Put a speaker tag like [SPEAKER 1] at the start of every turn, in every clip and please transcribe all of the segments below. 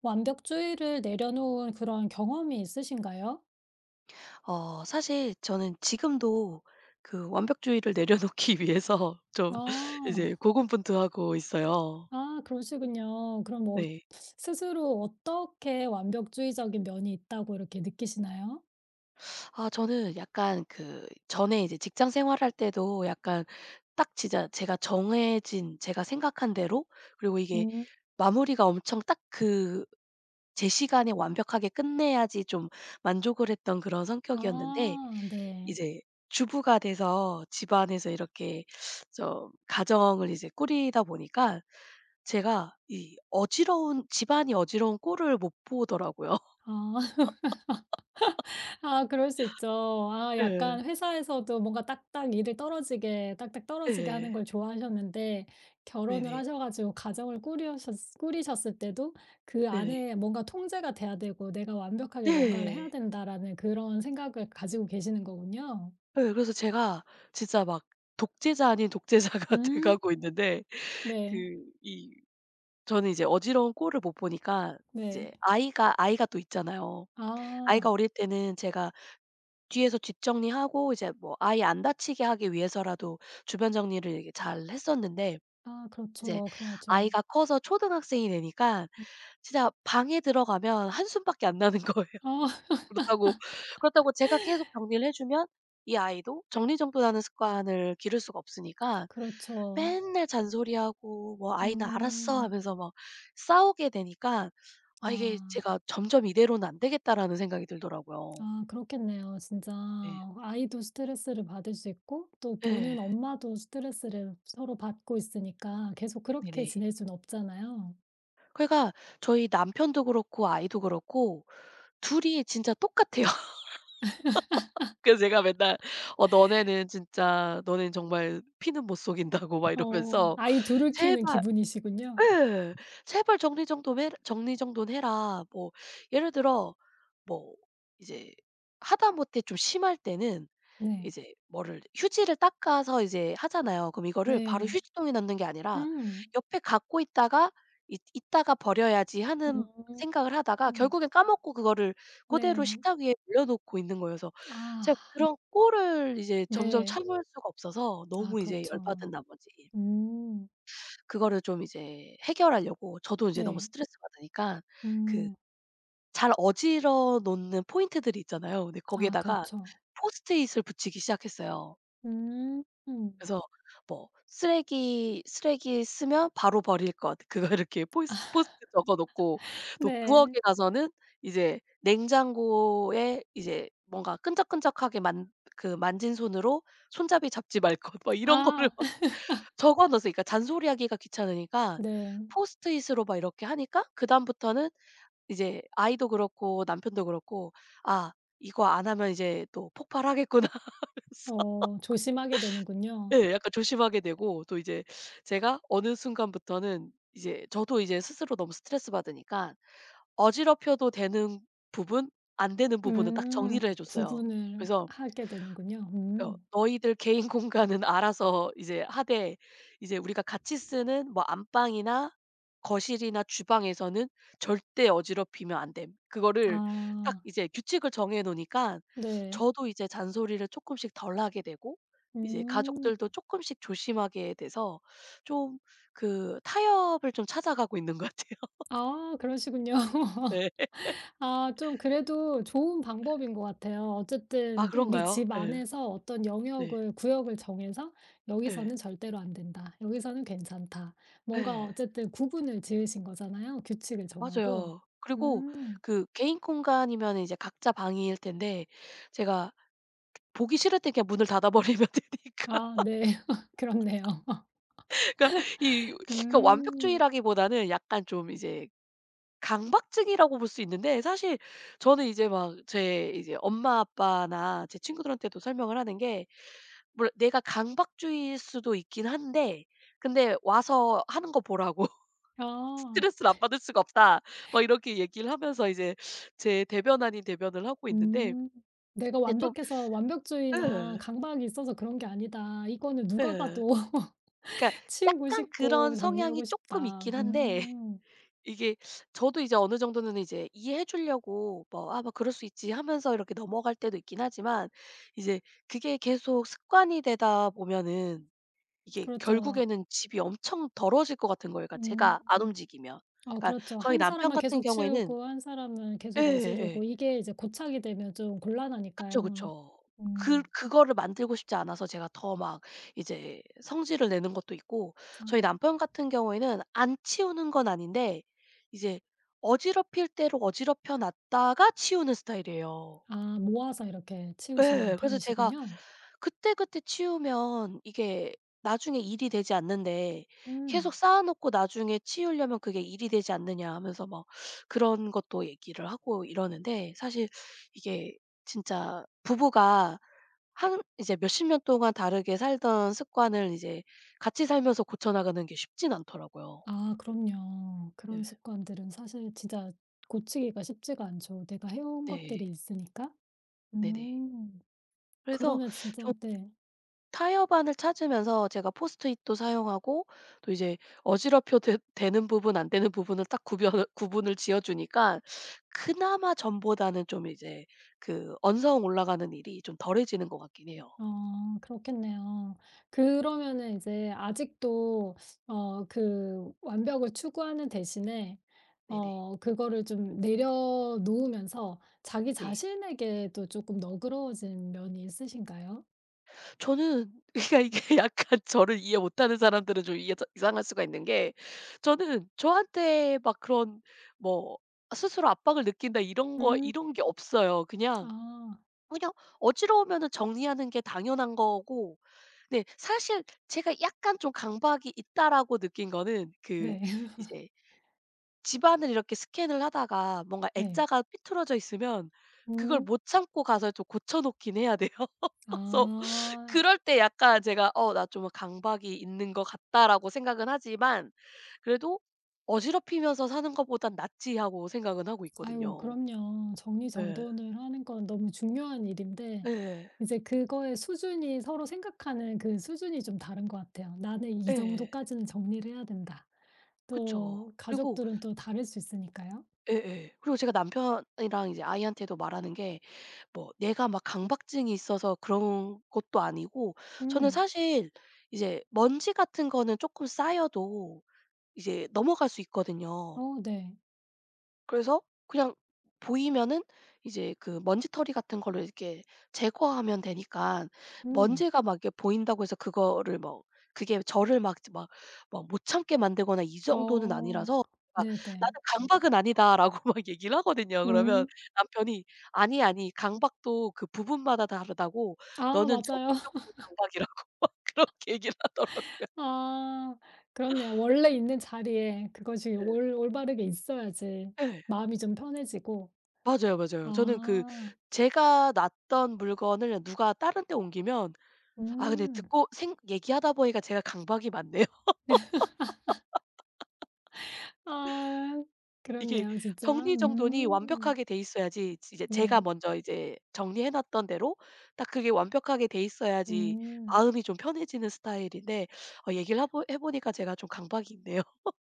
[SPEAKER 1] 완벽주의를 내려놓은 그런 경험이 있으신가요?
[SPEAKER 2] 어, 사실 저는 지금도 그 완벽주의를 내려놓기 위해서 좀
[SPEAKER 1] 아.
[SPEAKER 2] 이제 고군분투하고 있어요.
[SPEAKER 1] 아 그러시군요. 그럼 뭐
[SPEAKER 2] 네.
[SPEAKER 1] 스스로 어떻게 완벽주의적인 면이 있다고 이렇게 느끼시나요?
[SPEAKER 2] 아, 저는 약간 그 전에 이제 직장 생활할 때도 약간, 딱 진짜 제가 정해진 제가 생각한 대로, 그리고 이게
[SPEAKER 1] 음.
[SPEAKER 2] 마무리가 엄청 딱그 제 시간에 완벽하게 끝내야지 좀 만족을 했던 그런 성격이었는데,
[SPEAKER 1] 아 네.
[SPEAKER 2] 이제 주부가 돼서 집안에서 이렇게 좀 가정을 이제 꾸리다 보니까 제가 이 어지러운 집안이 어지러운 꼴을 못 보더라고요.
[SPEAKER 1] 아. 아 그럴 수 있죠. 아
[SPEAKER 2] 예.
[SPEAKER 1] 약간 회사에서도 뭔가 딱딱 일을 떨어지게 딱딱 떨어지게
[SPEAKER 2] 예.
[SPEAKER 1] 하는 걸 좋아하셨는데 결혼을
[SPEAKER 2] 네네.
[SPEAKER 1] 하셔 가지고 가정을 꾸리셨을 때도 그
[SPEAKER 2] 네네.
[SPEAKER 1] 안에 뭔가 통제가 돼야 되고 '내가 완벽하게 뭔가를 해야
[SPEAKER 2] 네.
[SPEAKER 1] 된다.'라는 그런 생각을 가지고 계시는 거군요.
[SPEAKER 2] 예, 그래서 제가 진짜 막 독재자 아닌 독재자가 돼
[SPEAKER 1] 음.
[SPEAKER 2] 가고 있는데,
[SPEAKER 1] 네.
[SPEAKER 2] 그 이 저는 이제 어지러운 꼴을 못 보니까 이제
[SPEAKER 1] 네.
[SPEAKER 2] 아이가 또 있잖아요. 아이가
[SPEAKER 1] 아.
[SPEAKER 2] 어릴 때는 제가 뒤에서 뒷정리하고 이제 뭐 아이 안 다치게 하기 위해서라도 주변 정리를 이렇게 잘 했었는데,
[SPEAKER 1] 아
[SPEAKER 2] 이제
[SPEAKER 1] 그렇죠. 그래야죠.
[SPEAKER 2] 아이가 커서 초등학생이 되니까 진짜 방에 들어가면 한숨밖에 안 나는 거예요.
[SPEAKER 1] 아
[SPEAKER 2] 그렇다고 그렇다고 제가 계속 정리를 해 주면 이 아이도 정리정돈하는 습관을 기를 수가 없으니까,
[SPEAKER 1] 그렇죠.
[SPEAKER 2] 맨날 잔소리하고 뭐 "아이는 알았어."
[SPEAKER 1] 음.
[SPEAKER 2] 하면서 막 싸우게 되니까, '아, 이게
[SPEAKER 1] 아.
[SPEAKER 2] 제가 점점 이대로는 안 되겠다.'라는 생각이 들더라고요.
[SPEAKER 1] 아 그렇겠네요. 진짜
[SPEAKER 2] 네.
[SPEAKER 1] 아이도 스트레스를 받을 수 있고 또
[SPEAKER 2] 네.
[SPEAKER 1] 보는 엄마도 스트레스를 서로 받고 있으니까 계속 그렇게
[SPEAKER 2] 네네.
[SPEAKER 1] 지낼 순 없잖아요.
[SPEAKER 2] 그러니까 저희 남편도 그렇고 아이도 그렇고 둘이 진짜 똑같아요. 그래서 제가 맨날 "어, 너네는 진짜 너네는 정말 피는 못 속인다."고 막
[SPEAKER 1] 어
[SPEAKER 2] 이러면서
[SPEAKER 1] 아이 둘을 키우는
[SPEAKER 2] "제발."
[SPEAKER 1] 기분이시군요.
[SPEAKER 2] 예. "제발 정리정돈 해라, 정리정돈 해라." 뭐, 예를 들어, 뭐 이제 하다못해 좀 심할 때는
[SPEAKER 1] 네.
[SPEAKER 2] 이제 뭐를 휴지를 닦아서 이제 하잖아요. 그럼 이거를 바로
[SPEAKER 1] 네.
[SPEAKER 2] 휴지통에 넣는 게 아니라
[SPEAKER 1] 음.
[SPEAKER 2] 옆에 갖고 있다가 이 '이따가 버려야지.' 하는
[SPEAKER 1] 음.
[SPEAKER 2] 생각을 하다가
[SPEAKER 1] 음.
[SPEAKER 2] 결국엔 까먹고 그거를 고대로
[SPEAKER 1] 네.
[SPEAKER 2] 식탁 위에 올려놓고 있는 거예요. 그래서 제가
[SPEAKER 1] 아
[SPEAKER 2] 그런 꼴을 이제 점점
[SPEAKER 1] 네.
[SPEAKER 2] 참을 수가 없어서,
[SPEAKER 1] 아
[SPEAKER 2] 너무 이제 열받은
[SPEAKER 1] 그렇죠.
[SPEAKER 2] 나머지
[SPEAKER 1] 음.
[SPEAKER 2] 그거를 좀 이제 해결하려고, 저도 이제 너무
[SPEAKER 1] 네.
[SPEAKER 2] 스트레스 받으니까, 그
[SPEAKER 1] 음.
[SPEAKER 2] 잘 어질러 놓는 포인트들이 있잖아요. 근데
[SPEAKER 1] 아
[SPEAKER 2] 거기에다가
[SPEAKER 1] 그렇죠.
[SPEAKER 2] 포스트잇을 붙이기 시작했어요.
[SPEAKER 1] 음. 음.
[SPEAKER 2] 그래서 뭐, 쓰레기 쓰면 바로 버릴 것, 그거 이렇게 포스트잇 적어 놓고, 또
[SPEAKER 1] 네.
[SPEAKER 2] 부엌에 가서는 이제 냉장고에 이제 뭔가 끈적끈적하게 만 그 만진 손으로 손잡이 잡지 말 것, 막 이런 거를
[SPEAKER 1] 아.
[SPEAKER 2] 막 적어 넣었어요. 그러니까 잔소리하기가 귀찮으니까
[SPEAKER 1] 네.
[SPEAKER 2] 포스트잇으로 막 이렇게 하니까, 그다음부터는 이제 아이도 그렇고 남편도 그렇고 '아, 이거 안 하면 이제 또 폭발하겠구나.'
[SPEAKER 1] 어 조심하게 되는군요.
[SPEAKER 2] 그래서 예, 약간 조심하게 되고, 또 이제 제가 어느 순간부터는 이제 저도 이제 스스로 너무 스트레스 받으니까 어지럽혀도 되는 부분 안 되는 부분은 딱
[SPEAKER 1] 음.
[SPEAKER 2] 정리를 해 줬어요.
[SPEAKER 1] 구분을
[SPEAKER 2] 그래서
[SPEAKER 1] 하게 되는군요. 음.
[SPEAKER 2] "너희들 개인 공간은 알아서 이제 하되, 이제 우리가 같이 쓰는 뭐 안방이나 거실이나 주방에서는 절대 어지럽히면 안 됨." 그거를 딱
[SPEAKER 1] 아
[SPEAKER 2] 이제 규칙을 정해 놓으니까,
[SPEAKER 1] 네.
[SPEAKER 2] 저도 이제 잔소리를 조금씩 덜 하게 되고, 이제
[SPEAKER 1] 음.
[SPEAKER 2] 가족들도 조금씩 조심하게 돼서 좀 그 타협을 좀 찾아가고 있는 것 같아요.
[SPEAKER 1] 아 그러시군요.
[SPEAKER 2] 네.
[SPEAKER 1] 아 좀 그래도 좋은 방법인 것 같아요.
[SPEAKER 2] 아,
[SPEAKER 1] 어쨌든 우리
[SPEAKER 2] 그런가요?
[SPEAKER 1] 집
[SPEAKER 2] 예.
[SPEAKER 1] 안에서 어떤
[SPEAKER 2] 네.
[SPEAKER 1] 영역을 구역을 정해서
[SPEAKER 2] 예.
[SPEAKER 1] '여기서는 절대로 안 된다. 여기서는 괜찮다.' 뭔가
[SPEAKER 2] 예.
[SPEAKER 1] 어쨌든 구분을 지으신 거잖아요, 규칙을 정하고.
[SPEAKER 2] 맞아요. 그리고
[SPEAKER 1] 음.
[SPEAKER 2] 그 개인 공간이면 이제 각자 방일 텐데, 제가 보기 싫을 때 그냥 문을 닫아 버리면 되니까.
[SPEAKER 1] 아 네. 그렇네요.
[SPEAKER 2] 그러니까 그러니까
[SPEAKER 1] 음.
[SPEAKER 2] 완벽주의라기보다는 약간 좀 이제 강박증이라고 볼 수 있는데, 사실 저는 이제 막 제 이제 엄마 아빠나 제 친구들한테도 설명을 하는 게, 물론 내가 강박주의일 수도 있긴 한데, 근데 와서 하는 거 보라고
[SPEAKER 1] 아.
[SPEAKER 2] 스트레스를 안 받을 수가 없다. 막 이렇게 얘기를 하면서 이제 제 대변 아닌 대변을 하고 있는데,
[SPEAKER 1] 음. '내가
[SPEAKER 2] 근데 좀,
[SPEAKER 1] 완벽해서 완벽주의나
[SPEAKER 2] 예.
[SPEAKER 1] 강박이 있어서 그런 게 아니다. 이거는 누가
[SPEAKER 2] 예.
[SPEAKER 1] 봐도
[SPEAKER 2] 그러니까
[SPEAKER 1] 치우고
[SPEAKER 2] 약간
[SPEAKER 1] 싶고
[SPEAKER 2] 그런 성향이
[SPEAKER 1] 정리하고
[SPEAKER 2] 쪼끔
[SPEAKER 1] 싶다.'
[SPEAKER 2] 있긴 한데,
[SPEAKER 1] 음.
[SPEAKER 2] 이게 저도 이제 어느 정도는 이제 이해해 주려고 뭐 '아, 뭐 그럴 수 있지.' 하면서 이렇게 넘어갈 때도 있긴 하지만, 이제 그게 계속 습관이 되다 보면은 이게
[SPEAKER 1] 그렇죠.
[SPEAKER 2] 결국에는 집이 엄청 더러워질 것 같은 거예요, 그러니까
[SPEAKER 1] 음.
[SPEAKER 2] 제가 안 움직이면.
[SPEAKER 1] 어
[SPEAKER 2] 그러니까
[SPEAKER 1] 그렇죠.
[SPEAKER 2] 저희
[SPEAKER 1] 한
[SPEAKER 2] 남편
[SPEAKER 1] 사람은
[SPEAKER 2] 같은
[SPEAKER 1] 계속
[SPEAKER 2] 경우에는,
[SPEAKER 1] 치우고 한 사람은 계속
[SPEAKER 2] 예예.
[SPEAKER 1] 어지르고 이게 이제 고착이 되면 좀
[SPEAKER 2] 그쵸,
[SPEAKER 1] 곤란하니까요.
[SPEAKER 2] 그쵸. 그
[SPEAKER 1] 음.
[SPEAKER 2] 그거를 만들고 싶지 않아서 제가 더 막 이제 성질을 내는 것도 있고, 저희
[SPEAKER 1] 아.
[SPEAKER 2] 남편 같은 경우에는 안 치우는 건 아닌데 이제 어지럽힐 대로 어지럽혀 놨다가 치우는 스타일이에요.
[SPEAKER 1] 아 모아서 이렇게 치우시는
[SPEAKER 2] 예. 그래서 제가
[SPEAKER 1] 편이시군요.
[SPEAKER 2] 그때그때 치우면 이게 나중에 일이 되지 않는데, 계속
[SPEAKER 1] 음.
[SPEAKER 2] 쌓아 놓고 나중에 치우려면 그게 일이 되지 않느냐 하면서 막 그런 것도 얘기를 하고 이러는데, 사실 이게 진짜 부부가 한 이제 몇십 년 동안 다르게 살던 습관을 이제 같이 살면서 고쳐 나가는 게 쉽진 않더라고요.
[SPEAKER 1] 아 그럼요. 그런 습관들은 사실 진짜 고치기가 쉽지가 않죠. 내가 해온
[SPEAKER 2] 네네. 네.
[SPEAKER 1] 것들이 있으니까.
[SPEAKER 2] 네네.
[SPEAKER 1] 음.
[SPEAKER 2] 그래서
[SPEAKER 1] 그러면 진짜
[SPEAKER 2] 좀
[SPEAKER 1] 네.
[SPEAKER 2] 타협안을 찾으면서 제가 포스트잇도 사용하고, 또 이제 어지럽혀 되 되는 부분 안 되는 부분을 딱 구별 구분을 지어 주니까 그나마 전보다는 좀 이제 그 언성 올라가는 일이 좀 덜해지는 것 같긴 해요.
[SPEAKER 1] 어 그렇겠네요. 그러면은 이제 아직도 어 그 완벽을 추구하는 대신에
[SPEAKER 2] 네네.
[SPEAKER 1] 어 그거를 좀 내려놓으면서 자기
[SPEAKER 2] 네.
[SPEAKER 1] 자신에게도 조금 너그러워진 면이 있으신가요?
[SPEAKER 2] 저는, 그러니까 이게 약간 저를 이해 못하는 사람들은 좀 이해 이상할 수가 있는 게, 저는 저한테 막 그런 뭐 스스로 압박을 느낀다, 이런 거
[SPEAKER 1] 음.
[SPEAKER 2] 이런 게 없어요. 그냥,
[SPEAKER 1] 아
[SPEAKER 2] 그냥 어지러우면은 정리하는 게 당연한 거고. 네, 사실 제가 약간 좀 '강박이 있다.'라고 느낀 거는, 그
[SPEAKER 1] 네.
[SPEAKER 2] 이제 집안을 이렇게 스캔을 하다가 뭔가
[SPEAKER 1] 네.
[SPEAKER 2] 액자가 삐뚤어져 있으면 그걸
[SPEAKER 1] 음.
[SPEAKER 2] 못 참고 가서 좀 고쳐 놓긴 해야 돼요. 그래서
[SPEAKER 1] 아.
[SPEAKER 2] 그럴 때 약간 제가 '어, 나 좀 강박이 있는 것 같다.'라고 생각은 하지만, 그래도 '어지럽히면서 사는 것보단 낫지.' 하고 생각은 하고
[SPEAKER 1] 아유
[SPEAKER 2] 있거든요.
[SPEAKER 1] 그럼요.
[SPEAKER 2] 예.
[SPEAKER 1] 정리정돈을 하는 건 너무 중요한 일인데
[SPEAKER 2] 예.
[SPEAKER 1] 이제 그거의 수준이 서로 생각하는 그 수준이 좀 다른 것 같아요. '나는 이
[SPEAKER 2] 예.
[SPEAKER 1] 정도까지는 정리를 해야 된다.'
[SPEAKER 2] 그쵸.
[SPEAKER 1] 또
[SPEAKER 2] 그리고
[SPEAKER 1] 가족들은 또 다를 수 있으니까요.
[SPEAKER 2] 예예. 그리고 제가 남편이랑 이제 아이한테도 말하는 게, 뭐 내가 막 강박증이 있어서 그런 것도 아니고, 저는
[SPEAKER 1] 음.
[SPEAKER 2] 사실 이제 먼지 같은 거는 쪼끔 쌓여도 이제 넘어갈 수 있거든요.
[SPEAKER 1] 어 네.
[SPEAKER 2] 그래서 그냥 보이면은 이제 그 먼지털이 같은 걸로 이렇게 제거하면 되니까,
[SPEAKER 1] 음.
[SPEAKER 2] 먼지가 막 이렇게 보인다고 해서 그거를 뭐, 그게 저를 막 못 참게 만들거나 이 정도는
[SPEAKER 1] 어.
[SPEAKER 2] 아니라서, 아, "나는
[SPEAKER 1] 네네.
[SPEAKER 2] 강박은 아니다."라고 막 얘기를 하거든요. 그러면
[SPEAKER 1] 음.
[SPEAKER 2] 남편이 "아니, 아니. 강박도 그 부분마다 다르다고,
[SPEAKER 1] 아
[SPEAKER 2] 너는
[SPEAKER 1] 맞아요.
[SPEAKER 2] 정리적인 강박이라고." 막 그렇게 얘기를 하더라고요.
[SPEAKER 1] 아 그렇네요. 원래 있는 자리에 그것이 올 올바르게 있어야지
[SPEAKER 2] 예.
[SPEAKER 1] 마음이 좀 편해지고.
[SPEAKER 2] 맞아요, 맞아요. 저는 그
[SPEAKER 1] 아.
[SPEAKER 2] 제가 놨던 물건을 누가 다른 데 옮기면, 아, 근데
[SPEAKER 1] 음.
[SPEAKER 2] 듣고 생 얘기하다 보니까 제가 강박이 많네요.
[SPEAKER 1] 아
[SPEAKER 2] 이게
[SPEAKER 1] 그렇네요 진짜.
[SPEAKER 2] 정리정돈이
[SPEAKER 1] 음.
[SPEAKER 2] 완벽하게 돼 있어야지, 이제 제가
[SPEAKER 1] 네.
[SPEAKER 2] 먼저 이제 정리해 놨던 대로 딱 그게 완벽하게 돼 있어야지
[SPEAKER 1] 음.
[SPEAKER 2] 마음이 좀 편해지는 스타일인데, 어 얘기를 하보 해 보니까 제가 좀 강박이 있네요.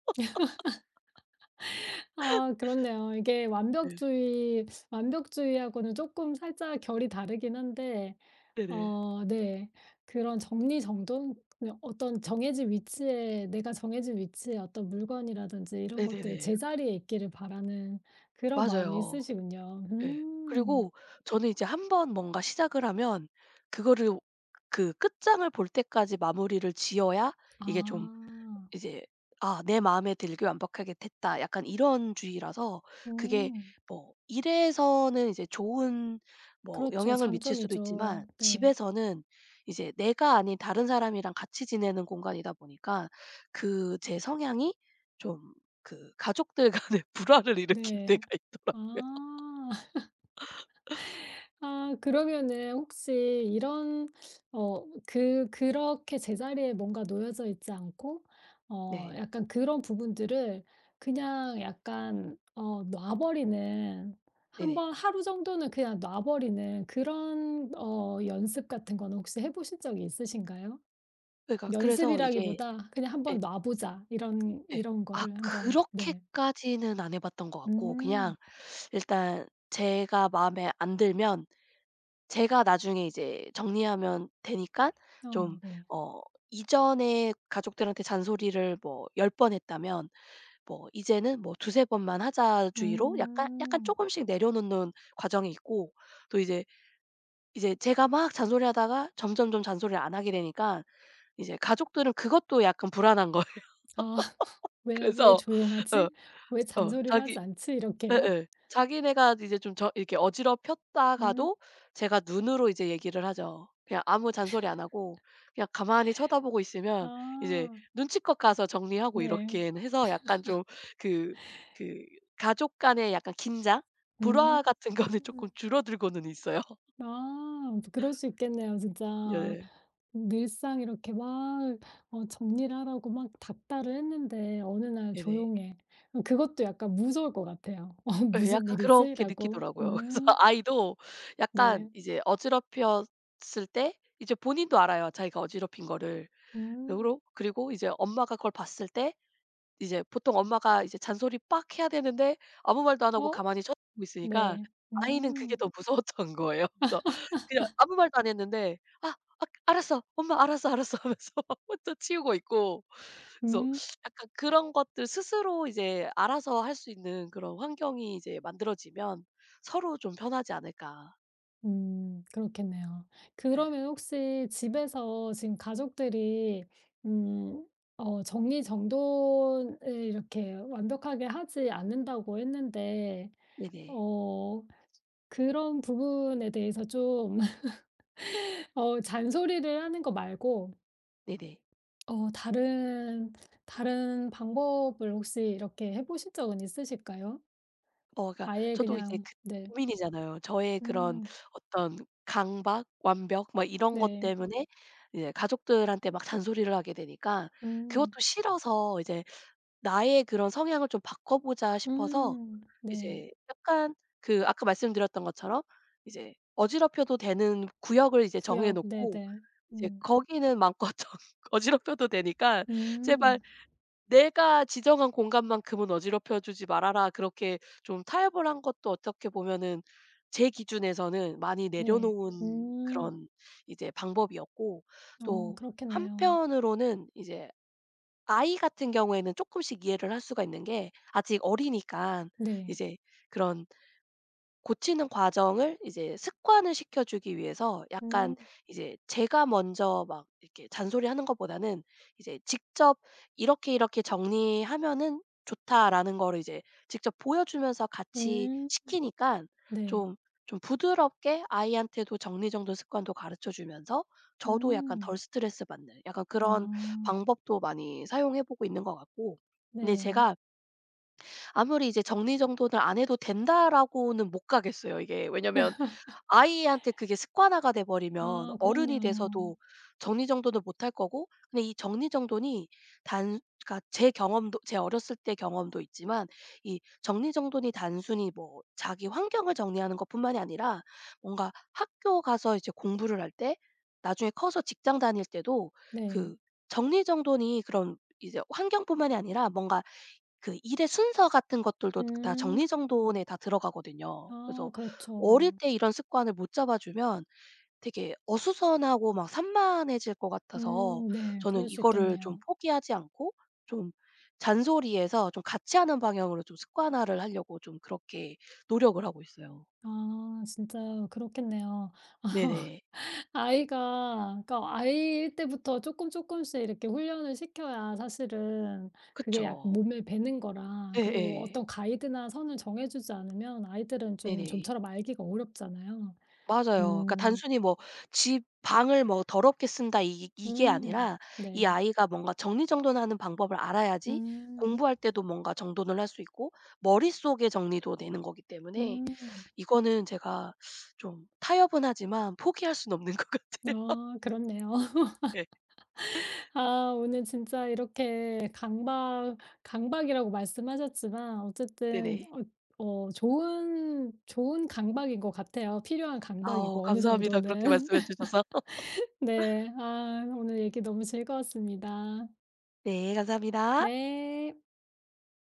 [SPEAKER 1] 아 그렇네요. 이게
[SPEAKER 2] 네.
[SPEAKER 1] 완벽주의하고는 조금 살짝 결이 다르긴 한데
[SPEAKER 2] 네네.
[SPEAKER 1] 어 네 그런 정리정돈 그냥 어떤 정해진 위치에 내가 정해진 위치에 어떤 물건이라든지 이런 것들이
[SPEAKER 2] 네네네.
[SPEAKER 1] 제자리에 있기를 바라는 그런 마음이
[SPEAKER 2] 맞아요.
[SPEAKER 1] 있으시군요.
[SPEAKER 2] 예.
[SPEAKER 1] 음.
[SPEAKER 2] 그리고 저는 이제 한 번 뭔가 시작을 하면 그거를 그 끝장을 볼 때까지 마무리를 지어야 이게 좀
[SPEAKER 1] 아.
[SPEAKER 2] 이제 '아, 내 마음에 들게 완벽하게 됐다.' 약간 이런 주의라서, 그게
[SPEAKER 1] 음.
[SPEAKER 2] 뭐 일에서는 이제 좋은 뭐
[SPEAKER 1] 그렇죠.
[SPEAKER 2] 영향을 미칠 수도 있지만,
[SPEAKER 1] 장점이죠. 네.
[SPEAKER 2] 집에서는 이제 내가 아닌 다른 사람이랑 같이 지내는 공간이다 보니까 그 제 성향이 좀 그 가족들 간의 불화를 일으킬 때가
[SPEAKER 1] 네.
[SPEAKER 2] 있더라고요.
[SPEAKER 1] 아. 아 그러면은 혹시 이런 어 그 그렇게 제자리에 뭔가 놓여져 있지 않고 어
[SPEAKER 2] 네.
[SPEAKER 1] 약간 그런 부분들을 그냥 약간 어 놔 버리는 한
[SPEAKER 2] 네네.
[SPEAKER 1] 번 하루 정도는 그냥 놔 버리는 그런 어 연습 같은 거는 혹시 해 보신 적이 있으신가요?
[SPEAKER 2] 그러니까 그래서 이게,
[SPEAKER 1] 연습이라기보다 그냥
[SPEAKER 2] 예.
[SPEAKER 1] '한번 놔 보자.' 이런
[SPEAKER 2] 예.
[SPEAKER 1] 이런
[SPEAKER 2] 아,
[SPEAKER 1] 거를 한번 네.
[SPEAKER 2] 그렇게까지는 안 해 봤던 것 같고, 그냥
[SPEAKER 1] 음.
[SPEAKER 2] 일단 제가 마음에 안 들면 제가 나중에 이제 정리하면 되니까 좀,
[SPEAKER 1] 어 네.
[SPEAKER 2] 어 이전에 가족들한테 잔소리를 뭐 10번 했다면 뭐 이제는 뭐 두세 번만 하자 주의로, 약간 약간
[SPEAKER 1] 음.
[SPEAKER 2] 쪼금씩 내려놓는 과정이 있고, 또 이제 제가 막 잔소리하다가 점점점 잔소리를 안 하게 되니까 이제 가족들은 그것도 약간 불안한 거예요.
[SPEAKER 1] 아. '왜 왜
[SPEAKER 2] 그래서 어
[SPEAKER 1] 조용하지? 왜 잔소리를
[SPEAKER 2] 자기
[SPEAKER 1] 하지 않지?' 이렇게요?
[SPEAKER 2] 예예. 자기네가 이제 좀 저 이렇게
[SPEAKER 1] 음.
[SPEAKER 2] 어지럽혔다가도 제가 눈으로 이제 얘기를 하죠. 그냥 아무 잔소리 안 하고 그냥 가만히 쳐다보고 있으면 이제
[SPEAKER 1] 아.
[SPEAKER 2] 눈치껏 가서 정리하고
[SPEAKER 1] 네.
[SPEAKER 2] 이렇게 해서 약간 좀 그 그 가족 간의 약간 긴장? 불화
[SPEAKER 1] 음.
[SPEAKER 2] 같은 거는 쪼끔 줄어들고는 있어요.
[SPEAKER 1] 아. 뭐 그럴 수 있겠네요 진짜.
[SPEAKER 2] 네.
[SPEAKER 1] 늘상 이렇게 막 어 정리를 하라고 막 닥달을 했는데 어느 날
[SPEAKER 2] 네네.
[SPEAKER 1] 조용해. 어 그것도 약간 무서울 것 같아요. '어
[SPEAKER 2] 예,
[SPEAKER 1] 무슨
[SPEAKER 2] 약간
[SPEAKER 1] 일이지?'
[SPEAKER 2] 그렇게
[SPEAKER 1] 라고.
[SPEAKER 2] 느끼더라고요. 그래서
[SPEAKER 1] 음.
[SPEAKER 2] 아이도 약간
[SPEAKER 1] 네.
[SPEAKER 2] 이제 어지럽혔을 때 이제 본인도 알아요, 자기가 어지럽힌 거를.
[SPEAKER 1] 음.
[SPEAKER 2] 요러 그리고 이제 엄마가 그걸 봤을 때 이제 보통 엄마가 이제 잔소리 빡 해야 되는데 아무 말도 안 하고
[SPEAKER 1] 어?
[SPEAKER 2] 가만히 쳐다보고 있으니까
[SPEAKER 1] 네.
[SPEAKER 2] 아이는 그게
[SPEAKER 1] 음.
[SPEAKER 2] 더 무서웠던 거예요. 그래서 그냥 아무 말도 안 했는데 "아, 아, 알았어. 엄마 알았어, 알았어." 하면서 막 혼자 치우고 있고. 그래서
[SPEAKER 1] 음.
[SPEAKER 2] 약간 그런 것들 스스로 이제 알아서 할 수 있는 그런 환경이 이제 만들어지면 서로 좀 편하지 않을까.
[SPEAKER 1] 그렇겠네요. 그러면 혹시 집에서 지금 가족들이 음 어 정리정돈을 이렇게 완벽하게 하지 않는다고 했는데
[SPEAKER 2] 네네.
[SPEAKER 1] 어 그런 부분에 대해서 좀 어 잔소리를 하는 거 말고
[SPEAKER 2] 네네.
[SPEAKER 1] 어 다른, 다른 방법을 혹시 이렇게 해 보신 적은 있으실까요?
[SPEAKER 2] 어, 그러니까
[SPEAKER 1] 아예
[SPEAKER 2] 저도 이제
[SPEAKER 1] 그냥
[SPEAKER 2] 그
[SPEAKER 1] 네.
[SPEAKER 2] 고민이잖아요. 저의 그런
[SPEAKER 1] 음
[SPEAKER 2] 어떤 강박, 완벽, 막 이런 것
[SPEAKER 1] 네.
[SPEAKER 2] 때문에 이제 가족들한테 막 잔소리를 하게 되니까, 그것도
[SPEAKER 1] 음.
[SPEAKER 2] 싫어서 이제 나의 그런 성향을 좀 바꿔 보자 싶어서,
[SPEAKER 1] 음. 네.
[SPEAKER 2] 이제 약간 그 아까 말씀드렸던 것처럼 이제 어지럽혀도 되는 구역을 이제 정해
[SPEAKER 1] 구약
[SPEAKER 2] 놓고
[SPEAKER 1] 네네.
[SPEAKER 2] 이제
[SPEAKER 1] 음.
[SPEAKER 2] 거기는 마음껏 정 어지럽혀도 되니까 제발
[SPEAKER 1] 음.
[SPEAKER 2] '내가 지정한 공간만큼은 어지럽혀 주지 말아라.' 그렇게 좀 타협을 한 것도 어떻게 보면은 제 기준에서는 많이
[SPEAKER 1] 네.
[SPEAKER 2] 내려놓은
[SPEAKER 1] 음.
[SPEAKER 2] 그런 이제 방법이었고,
[SPEAKER 1] 어
[SPEAKER 2] 또
[SPEAKER 1] 그렇겠네요.
[SPEAKER 2] 한편으로는 이제 아이 같은 경우에는 조금씩 이해를 할 수가 있는 게 아직 어리니까
[SPEAKER 1] 네.
[SPEAKER 2] 이제 그런 고치는 과정을 이제 습관을 시켜 주기 위해서 약간
[SPEAKER 1] 음.
[SPEAKER 2] 이제 제가 먼저 막 이렇게 잔소리하는 것보다는 이제 직접 "이렇게, 이렇게 정리하면은 좋다."라는 거를 이제 직접 보여 주면서 같이
[SPEAKER 1] 음.
[SPEAKER 2] 시키니까,
[SPEAKER 1] 네.
[SPEAKER 2] 좀 좀 부드럽게 아이한테도 정리정돈 습관도 가르쳐 주면서 저도 약간 덜
[SPEAKER 1] 음.
[SPEAKER 2] 스트레스 받는 약간
[SPEAKER 1] 아
[SPEAKER 2] 그런 방법도 많이 사용해 보고 있는 것 같고, 근데
[SPEAKER 1] 네.
[SPEAKER 2] 제가 아무리 이제 '정리정돈을 안 해도 된다.'라고는 못 가겠어요 이게. 왜냐면 아이한테 그게 습관화가 돼 버리면
[SPEAKER 1] 아
[SPEAKER 2] 어른이
[SPEAKER 1] 그럼요.
[SPEAKER 2] 돼서도 정리정돈을 못할 거고, 근데 이 정리정돈이 단 그러니까 제 경험도 제 어렸을 때 경험도 있지만 이 정리정돈이 단순히 뭐 자기 환경을 정리하는 것뿐만이 아니라 뭔가 학교 가서 이제 공부를 할 때, 나중에 커서 직장 다닐 때도,
[SPEAKER 1] 네.
[SPEAKER 2] 그 정리정돈이 그런 이제 환경뿐만이 아니라 뭔가 그 일의 순서 같은 것들도 다
[SPEAKER 1] 음. 음.
[SPEAKER 2] 정리정돈에 다 들어가거든요. 그래서
[SPEAKER 1] 아
[SPEAKER 2] 어릴
[SPEAKER 1] 그렇죠.
[SPEAKER 2] 때 이런 습관을 못 잡아주면 되게 어수선하고 막 산만해질 것 같아서
[SPEAKER 1] 네.
[SPEAKER 2] 저는
[SPEAKER 1] 그럴 수
[SPEAKER 2] 이거를 좀
[SPEAKER 1] 있겠네요.
[SPEAKER 2] 포기하지 않고 좀 잔소리에서 좀 같이 하는 방향으로 좀 습관화를 하려고 좀 그렇게 노력을 하고 있어요.
[SPEAKER 1] 아 진짜 그렇겠네요.
[SPEAKER 2] 네네.
[SPEAKER 1] 아이가 그러니까 아이일 때부터 조금 조금씩 이렇게 훈련을 시켜야 사실은 그게 약
[SPEAKER 2] 그쵸.
[SPEAKER 1] 몸에 배는 거라 그리고
[SPEAKER 2] 예예.
[SPEAKER 1] 어떤 가이드나 선을 정해 주지 않으면 아이들은 좀
[SPEAKER 2] 네네.
[SPEAKER 1] 좀처럼 알기가 어렵잖아요.
[SPEAKER 2] 맞아요. 그러니까
[SPEAKER 1] 음.
[SPEAKER 2] 단순히 뭐 집 방을 뭐 더럽게 쓴다, 이 이게
[SPEAKER 1] 음.
[SPEAKER 2] 아니라 이
[SPEAKER 1] 네.
[SPEAKER 2] 아이가 뭔가 정리정돈하는 방법을 알아야지
[SPEAKER 1] 음.
[SPEAKER 2] 공부할 때도 뭔가 정돈을 할 수 있고 머릿속에 정리도 되는 거기 때문에
[SPEAKER 1] 음.
[SPEAKER 2] 이거는 제가 좀 타협은 하지만 포기할 수는 없는 것 같아요.
[SPEAKER 1] 아 그렇네요.
[SPEAKER 2] 네.
[SPEAKER 1] 아 오늘 진짜 이렇게 강박 강박이라고 말씀하셨지만 어쨌든
[SPEAKER 2] 네네.
[SPEAKER 1] 어 어 좋은 강박인 것 같아요. 필요한
[SPEAKER 2] 아우,
[SPEAKER 1] 강박이고 어느
[SPEAKER 2] 감사합니다. 그렇게
[SPEAKER 1] 정도는.
[SPEAKER 2] 말씀해 주셔서.
[SPEAKER 1] 네. 아 오늘 얘기 너무 즐거웠습니다.
[SPEAKER 2] 네, 감사합니다.
[SPEAKER 1] 네.